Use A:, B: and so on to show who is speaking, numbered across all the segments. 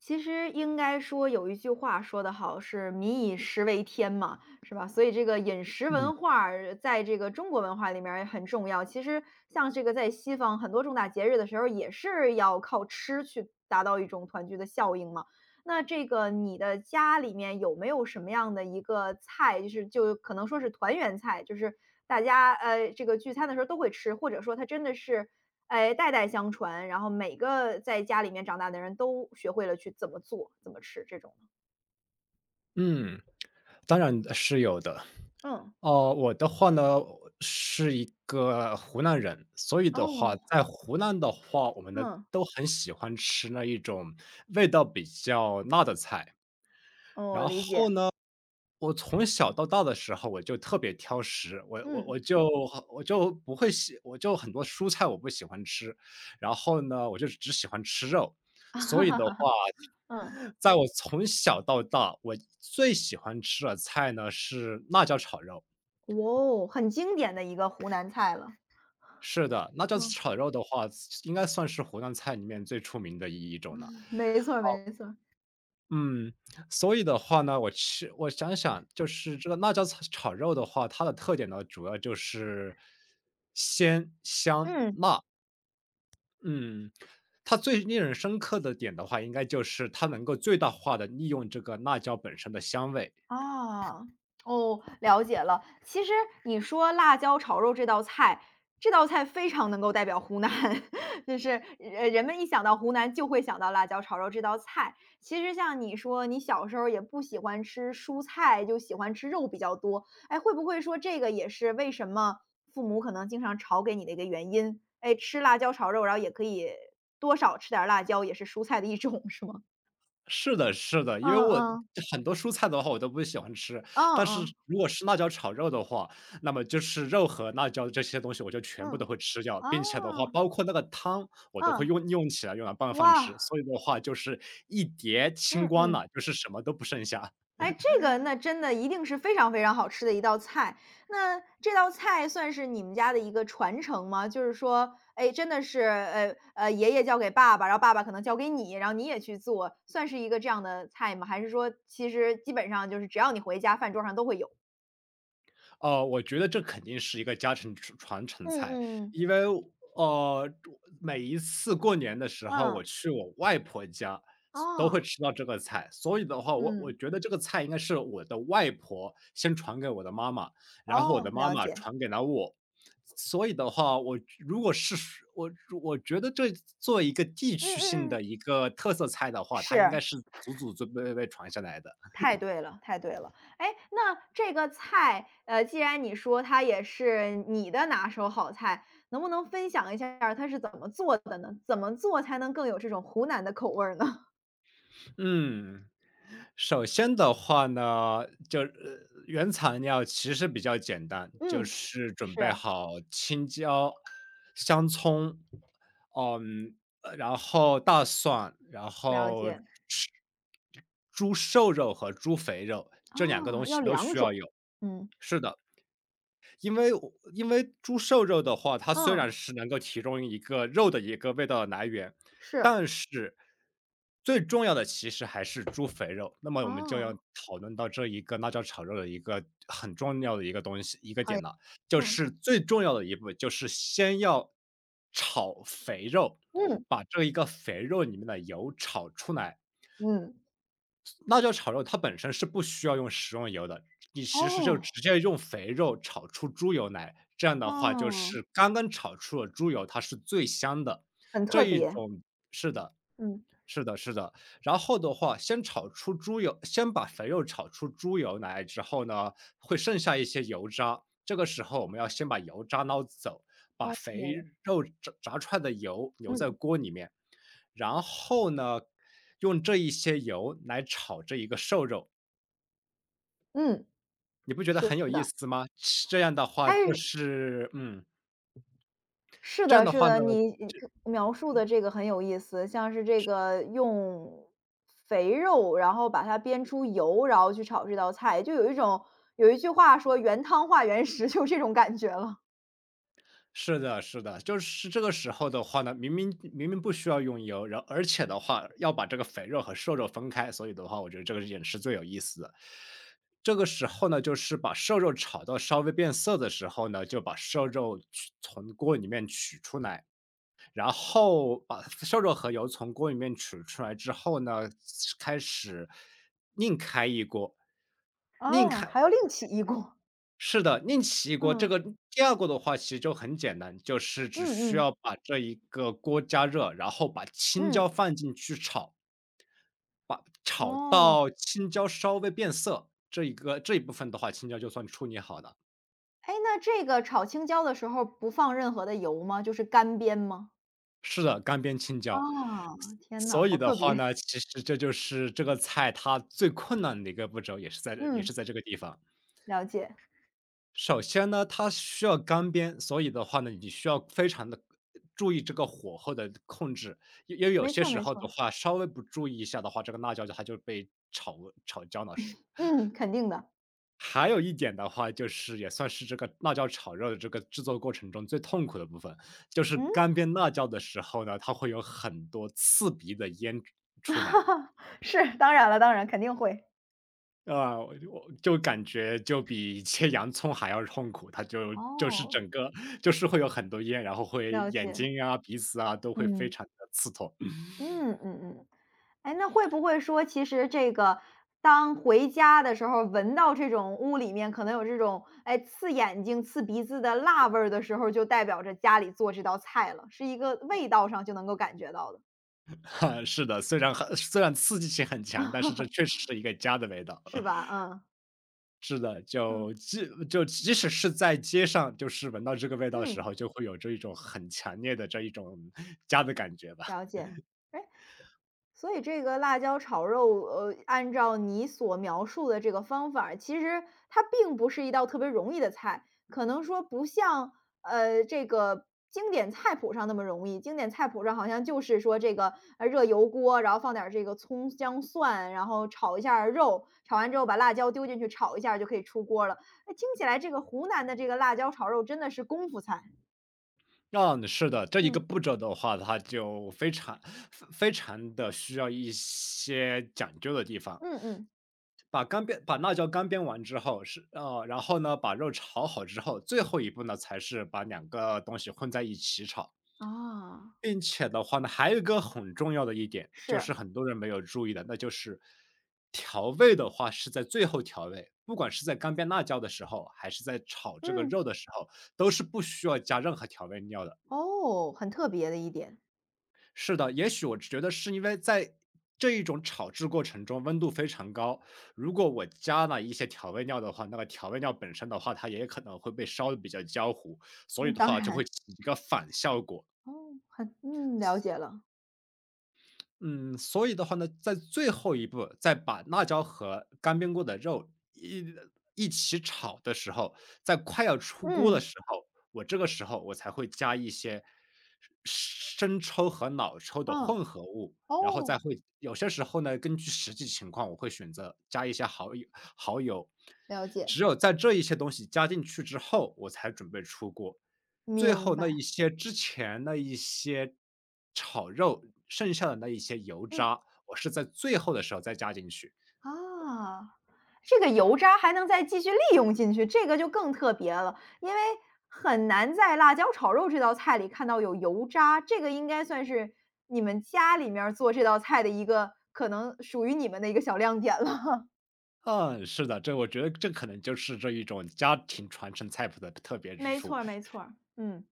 A: 其实应该说有一句话说得好，是“民以食为天”嘛，是吧？所以这个饮食
B: 嗯
A: 文化儿在这个中国文化里面儿也很重要。其实像这个在西方很多重大节日的时候，也是要靠吃去达到一种团聚的效应嘛。那这个你的家里面有没有什么样的一个菜，就是就可能说是团圆菜，就是大家这个聚餐的时候都会吃，或者说它真的是哎，代代相传，然后每个在家里面长大的人都学会了去怎么做、怎么吃这种的。
B: 嗯，当然是有的。
A: 嗯。
B: 哦，我的话呢，是一个湖南人，所以的话，
A: 哦，
B: 在湖南的话，我们呢
A: 嗯，
B: 都很喜欢吃那一种味道比较辣的菜。然
A: 哦，理
B: 后。
A: 解，
B: 我从小到大的时候，我就特别挑食，我我
A: 嗯。
B: 我就我就不会喜我就很多蔬菜我不喜欢吃，然后呢，我就只喜欢吃肉。所以的话，
A: 嗯。
B: 在我从小到大，我最喜欢吃的菜呢是辣椒炒肉。
A: 哇哦，很经典的一个湖南菜了。
B: 是的，辣椒
A: 嗯。
B: 炒肉的话，应该算是湖南菜里面最出名的一种了。
A: 没错儿没错儿。
B: 嗯，所以的话呢，我想想，就是这个辣椒炒肉的话，它的特点呢，主要就是鲜、香、
A: 嗯。
B: 辣。嗯，它最令人深刻的点的话，应该就是它能够最大化的利用这个辣椒本身的香味。
A: 啊，哦，了解了。其实你说辣椒炒肉这道菜，这道菜非常能够代表湖南，就是人们一想到湖南就会想到辣椒炒肉这道菜。其实像你说，你小时候也不喜欢吃蔬菜，就喜欢吃肉比较多。哎，会不会说这个也是为什么父母可能经常炒给你的一个原因？哎，吃辣椒炒肉，然后也可以多少吃点儿辣椒，也是蔬菜的一种，是吗？
B: 是的是的，
A: 嗯
B: 因为我
A: 嗯
B: 很多蔬菜的话我都不喜欢吃，
A: 嗯
B: 但是
A: 嗯
B: 如果是辣椒炒肉的话，那么就是肉和辣椒这些东西我就全
A: 嗯，
B: 部都
A: 嗯，
B: 会吃掉，并且的话，
A: 啊。
B: 包括那个汤我都会
A: 嗯，
B: 用起来用来拌饭吃，
A: 哇，
B: 所以的话就是一碟清
A: 嗯
B: 光
A: 嗯，
B: 了，就是什么都不剩下。
A: 哎，这个那真的一定是非常非常好吃的一道菜。那这道菜算是你们家的一个传承吗？就是说，哎，真的是，爷爷教给爸爸，然后爸爸可能教给你，然后你也去做，算是一个这样的菜吗？还是说，其实基本上就是只要你回家，饭桌上都会有？
B: 哦，我觉得这肯定是一个家常传传承
A: 嗯
B: 菜，
A: 嗯
B: 因为呃，每一次过年的时候，
A: 嗯，
B: 我
A: 嗯，
B: 去我外婆家都会
A: 哦，
B: 吃到这个菜，所以的话，我
A: 嗯，
B: 觉得这个菜应该是我的外婆先传给我的妈妈，然后我
A: 哦，
B: 的妈
A: 了
B: 妈
A: 解，
B: 传给了我。所以的话，我如果是我我觉得做一个地
A: 嗯
B: 区性
A: 嗯嗯，
B: 的一个特色菜的话，它应
A: 是。
B: 该是祖祖辈辈传下来的。
A: 太对了，太对了。哎，那这个菜，既然你说它也是你的拿手好菜，能不能分享一下儿它是怎么做的呢？怎么做才能更有这种湖南的口味儿呢？
B: 嗯。首先的话呢，原材料其实比较简单，就
A: 嗯，
B: 是准备
A: 是。
B: 好青椒、香葱，嗯，然后大蒜，然
A: 了
B: 后
A: 解，
B: 吃猪瘦肉和猪肥肉，这两个东
A: 啊，要
B: 西都
A: 两
B: 需要
A: 种，
B: 有。
A: 嗯。
B: 是的，因为猪瘦肉的话，它虽
A: 嗯，
B: 然是能够提供一个肉的一个味道的来源，
A: 是，
B: 但是最重要的其实还是猪肥肉。那么我们就要
A: 哦，
B: 讨论到这一个辣椒炒肉的一个很重要的一个
A: 好呀
B: 点了，就
A: 嗯，
B: 是最重要的一步就是先要炒肥肉，
A: 嗯，
B: 把这一个肥肉里面的油炒出来。
A: 嗯。
B: 辣椒炒肉它本身是不需要用食用油的，你其实就
A: 哦，
B: 直接用肥肉炒出猪油来，这样的话就
A: 哦，
B: 是刚刚炒出了猪油，它是最香的。
A: 很
B: 这
A: 特
B: 一
A: 别，
B: 种是的，
A: 嗯，
B: 是的，是的。然后的话，先把肥肉炒出猪油来之后呢，会剩下一些油渣，这个时候我们要先把油渣捞走，把
A: 哦，
B: 肥肉炸出来的油留在
A: 嗯，
B: 锅里面。然后呢，用这一些油来炒这一个瘦肉，
A: 嗯，
B: 你不觉得
A: 是
B: 很有意
A: 的。
B: 思吗？这样的话就
A: 哎
B: 是嗯，
A: 是
B: 这样
A: 的
B: 的
A: 是
B: 话
A: 的，
B: 呢
A: 你描述的这个很有意思，像是这个用肥肉，然后把它煸出油，然后去炒这道菜，就有一种有一句话说“原汤化原食”，就这种感觉了。
B: 是的是的，就是这个时候的话呢，明明不需要用油，然后而且的话要把这个肥肉和瘦肉分开，所以的话，我觉得这个也是最有意思的。这个时候呢，就是把瘦肉炒到稍微变色的时候呢，就把瘦肉取从锅里面取出来，然后把瘦肉和油从锅里面取出来之后呢，开始另开一锅，另
A: 啊，
B: 开
A: 还要另起一锅，
B: 是的，另起一锅。这
A: 嗯。
B: 个第二个的话，其实就很简单，就是只
A: 嗯
B: 需
A: 嗯，
B: 要把这一个锅加热，然后把青
A: 嗯。
B: 椒放进去炒，炒
A: 哦。
B: 到青椒稍微变色，这一部分的话，青椒就算处理好了。
A: 哎，那这个炒青椒的时候不放任何的油吗？就是干煸吗？
B: 是的，干煸青
A: 啊，
B: 椒。
A: 天呐，
B: 所以
A: 好
B: 的
A: 特
B: 话
A: 别。
B: 呢，其实这就是这个菜它最困难的一个步骤，也
A: 嗯，
B: 是在这个地方。
A: 了解，
B: 首先呢，它需要干煸，所以的话呢，你需要非常的注意这个火候的控制，因为有
A: 没
B: 些
A: 错
B: 时
A: 没
B: 候
A: 错
B: 的话，稍微不注意一下的话，这个辣椒它就被炒焦了，是。
A: 嗯，肯定的，
B: 还有一点的话，就是也算是这个辣椒炒肉的这个制作过程中最痛苦的部分，就是
A: 嗯。
B: 干煸辣椒的时候呢，它会有很多刺鼻的烟出来。
A: 是，当然了，当然肯定会。
B: 啊，我就感觉就比切洋葱还要痛苦，就是
A: 哦，
B: 整个就是会有很多烟，然后会
A: 了
B: 眼
A: 解，
B: 睛啊、鼻子啊都会非
A: 嗯。
B: 常的刺痛。
A: 嗯嗯嗯。哎，那会不会说其实这个当回家的时候，闻到这种屋里面可能有这种，哎，刺眼睛、刺鼻子的辣味儿的时候，就代表着家里做这道菜了，是一个味道上就能够感觉到的。
B: 是的，虽然刺激性很强，但是这确 实是一个家的味道。
A: 是吧？嗯。
B: 是的，
A: 嗯。
B: 就即使是在街上，就是闻到这个味道的时
A: 嗯，
B: 候，就会有这一种很强烈的这一种家的感觉吧。
A: 了解。哎。所以这个辣椒炒肉，按照你所描述的这个方法儿其实它并不是一道特别容易的菜，可能说不像，这个经典菜谱上那么容易。经典菜谱上好像就是说这个，热油锅，然后放点儿这个葱姜蒜，然后炒一下儿肉，炒完之后把辣椒丢进去炒一下儿就可以出锅了。那听起来这个湖南的这个辣椒炒肉真的是功夫菜。
B: 嗯，是的，这一个
A: 嗯，
B: 步骤的话，它就非非常的需要一些讲究的地方。
A: 嗯嗯。
B: 把辣椒干煸完之后然后呢，把肉炒好之后，最后一步呢，才是把两个东西混在一起炒。
A: 啊。
B: 并且的话呢，还有一个很重要的一点，就是
A: 是，
B: 很多人没有注意的，那就是调味的话是在最后调味，不管是在干煸辣椒的时候，还是在炒这个
A: 嗯，
B: 肉的时候，都是不需要加任何调味料的。
A: 哦，很特别的一点。
B: 是的，也许我觉得是因为在这一种炒制过程中温度非常高，如果我加了一些调味料的话，那个调味料本身的话，它也可能会被烧的比较焦糊，所
A: 嗯，
B: 以的
A: 当
B: 话就会
A: 然，
B: 起一个反效果。
A: 哦，很嗯，了解了，
B: 嗯，所以的话呢，在最后一步，再把辣椒和干煸过的肉一起炒的时候，在快要出锅的
A: 嗯，
B: 时候，这个时候我才会加一些生抽和老抽的
A: 嗯，
B: 混合物，然后
A: 哦，
B: 再会有些时候呢，根据实际情况，我会选择加一些蚝油。
A: 了解，
B: 只有在这一些东西加进去之后，我才准备出锅。最
A: 明
B: 后那
A: 白，
B: 一些之前那一些炒肉剩下的那一些油
A: 嗯，
B: 渣，我是在最后的时候再加进去。
A: 啊，这个油渣还能再继续利用进去，这个就更特别了，因为很难在辣椒炒肉这道菜里看到有油渣，这个应该算是你们家里面儿做这道菜的一个可能属于你们的一个小亮点了。
B: 嗯，是的，我觉得这可能就是这一种家庭传承菜谱的特别 之
A: 没错
B: 处。
A: 儿没错儿，嗯。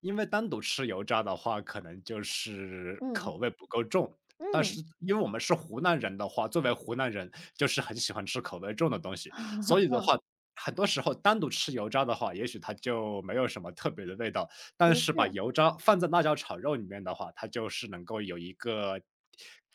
B: 因为单独吃油渣的话，可能就是
A: 嗯，
B: 口味不够重。但
A: 嗯，
B: 是因为我们是湖南人的话，作为湖南人就是很喜欢吃口味重的东西，所 以的
A: 嗯，
B: 话，很多时候单独吃油渣的话，也许它就没有什么特别的味道，但
A: 的
B: 是把
A: 确，
B: 油渣放在辣椒炒肉里面的话，它就是能够有一个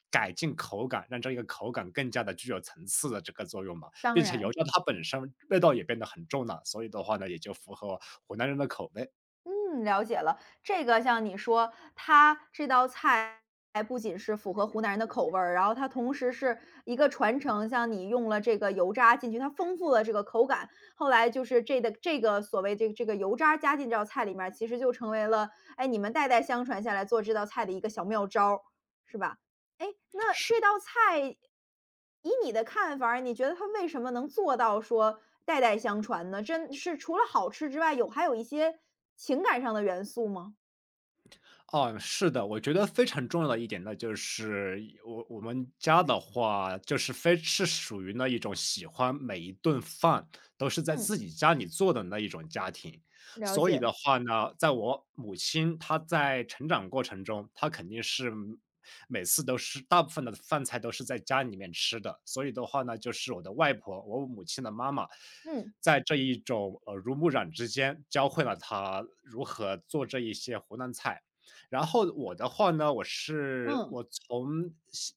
B: 改进口感，让这个口感更加的具有层次的这个作用嘛，
A: 当
B: 并且油
A: 然。
B: 渣它本身味道也变得很重了，所以的话呢，也就符合湖南人的口味，
A: 嗯，了解了。这个像你说，它这道菜不仅是符合湖南人的口味儿，然后它同时是一个传承，像你用了这个油渣进去，它丰富了这个口感。后来就是这的这个所谓这个这个油渣加进这道菜里面儿其实就成为了，哎，你们代代相传下来做这道菜的一个小妙招儿，是吧？哎，那
B: 是
A: 这道菜以你的看法儿你觉得它为什么能做到说代代相传呢？真是除了好吃之外，有还有一些情感上的元素吗？
B: 哦，是的，我觉得非常重要的一点呢，就是我们家的话，就是非是属于那一种喜欢每一顿饭都是在
A: 嗯，
B: 自己家里做的那一种家庭。
A: 了
B: 所以
A: 解。
B: 的话呢，在我母亲她在成长过程中，她肯定是每次都是大部分的饭菜都是在家里面吃的。所以的话呢，就是我的外婆，我母亲的妈妈，
A: 嗯，
B: 在这一种耳濡目染之间，教会了她如何做这一些湖南菜。然后我的话呢，我是
A: 嗯，
B: 我从小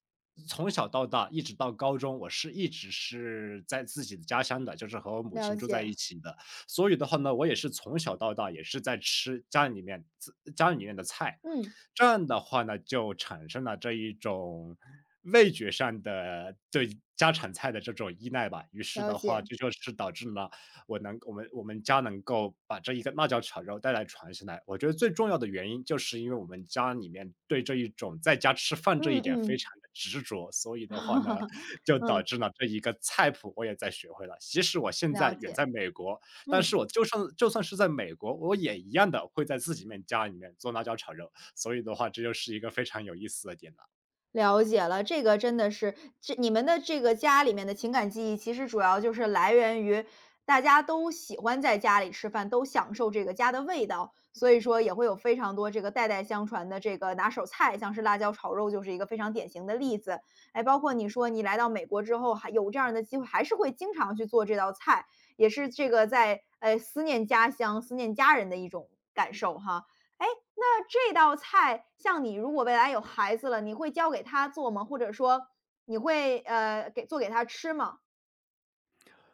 B: 到大，一直到高中，一直是在自己的家乡的，就是和我母
A: 了
B: 亲住在
A: 解。
B: 一起的。所以的话呢，我也是从小到大也是在吃家里面自家里面的菜，
A: 嗯，
B: 这样的话呢，就产生了这一种味觉上的对家常菜的这种依赖吧。于是
A: 了
B: 的话，
A: 解。
B: 这就是导致了我们家能够把这一个辣椒炒肉带来传下来，我觉得最重要的原因就是因为我们家里面对这一种在家吃饭这一
A: 嗯
B: 点非
A: 嗯。
B: 常的执着，所以的话呢，就导
A: 嗯，
B: 致了这一个菜谱我也在学会了。即使我现
A: 了
B: 在远
A: 解。
B: 在美国，但
A: 嗯。
B: 是我就算是在美国，我也一样的会在自己面家里面做辣椒炒肉，所以的话这就是一个非常有意思的点了。
A: 了解了，这个真的是，这你们的这个家里面的情感记忆，其实主要就是来源于大家都喜欢在家里吃饭，都享受这个家的味道，所以说也会有非常多这个代代相传的这个拿手菜，像是辣椒炒肉就是一个非常典型的例子。哎，包括你说你来到美国之后，还有这样的机会，还是会经常去做这道菜，也是这个在思念家乡、思念家人的一种感受哈。哎，那这道菜，像你如果未来有孩子了，你会教给他做吗？或者说你会，给做给他吃吗？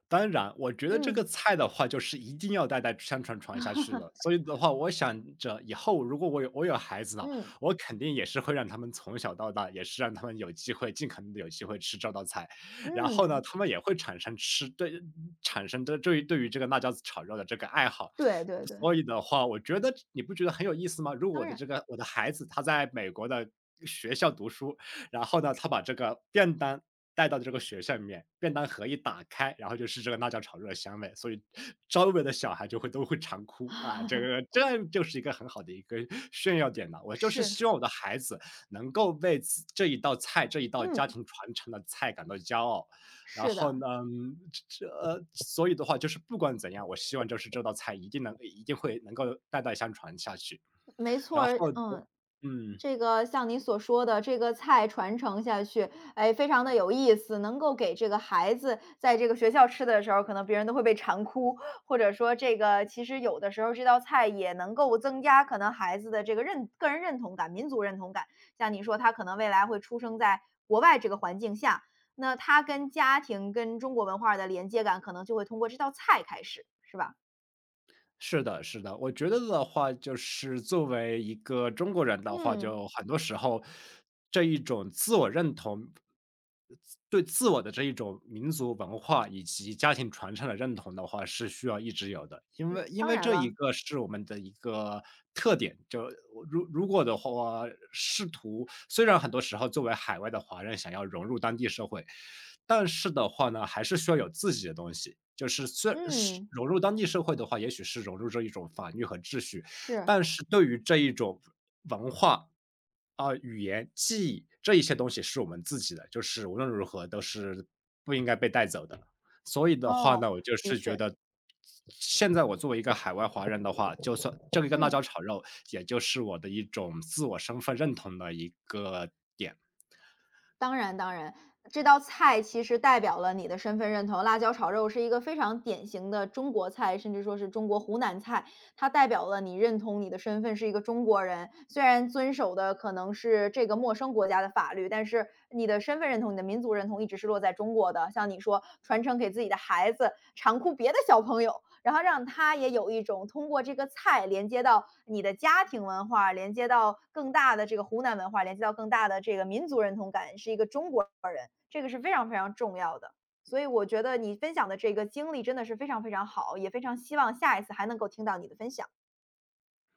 B: 当然，我觉得这个
A: 嗯，
B: 菜的话，就是一定要代代相传传下去的。所以的话，我想着以后如果我有孩子了，
A: 嗯，
B: 我肯定也是会让他们从小到大，也是让他们有机会，尽可能的有机会吃这道菜。然后呢，
A: 嗯，
B: 他们也会产生吃对产生的对于对于这个辣椒炒肉的这个爱好。
A: 对对对，
B: 所以的话，我觉得你不觉得很有意思吗？如果
A: 当
B: 我的
A: 然，
B: 这个我的孩子他在美国的学校读书，然后呢，他把这个便当带到这个学校里面，便当盒一打开，然后就是这个辣椒炒肉的香味，所以周围的小孩就会都会馋哭啊，这就是一个很好的一个炫耀点了。我就是
A: 是，
B: 希望我的孩子能够为自这一道菜、这一道家
A: 嗯，
B: 庭传承的菜感到骄傲。然
A: 是
B: 后
A: 的，
B: 呢，嗯这呃，所以的话就是不管怎样，我希望就是这道菜一定会能够代代相传下去。
A: 没错
B: 然
A: 儿，
B: 后，
A: 嗯。
B: 嗯。
A: 这个像你所说的这个菜传承下去，哎，非常的有意思，能够给这个孩子在这个学校吃的时候，可能别人都会被馋哭，或者说这个其实有的时候这道菜也能够增加可能孩子的这个认个人认同感、民族认同感。像你说他可能未来会出生在国外这个环境下，那他跟家庭、跟中国文化的连接感，可能就会通过这道菜开始，是吧？
B: 是的，是的，我觉得的话，就是作为一个中国人的话，
A: 嗯，
B: 就很多时候这一种自我认同，对自我的这一种民族文化以及家庭传承的认同的话，是需要一直有的，因
A: 对，
B: 为因
A: 当
B: 为
A: 然
B: 这一
A: 了，
B: 个是我们的一个特点。就如果的话，试图虽然很多时候作为海外的华人想要融入当地社会，但是的话呢，还是需要有自己的东西。就是虽是
A: 嗯，
B: 融入当地社会的话，也许是融入这一种法律和秩序，
A: 是，
B: 但是对于这一种文化啊、语言、记忆这一些东西是我们自己的，就是无论如何都是不应该被带走的。所以的话
A: 哦，
B: 呢，我就
A: 的
B: 是
A: 确，
B: 觉得，现在我作为一个海外华人的话，就算这个跟辣
A: 嗯。
B: 椒炒肉，也就是我的一种自我身份认同的一个点。
A: 当然当然，这道菜其实代表了你的身份认同。辣椒炒肉是一个非常典型的中国菜，甚至说是中国湖南菜，它代表了你认同你的身份是一个中国人。虽然遵守的可能是这个陌生国家的法律，但是你的身份认同、你的民族认同一直是落在中国的。像你说传承给自己的孩子，长哭别的小朋友，然后让他也有一种通过这个菜连接到你的家庭文化，连接到更大的这个湖南文化，连接到更大的这个民族认同感，是一个中国，这个是非常非常重要的。所以我觉得你分享的这个经历真的是非常非常好，也非常希望下一次还能够听到你的分享。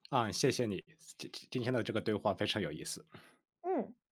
B: 啊，谢谢你，今天的这个对话非常有意思。
A: 嗯。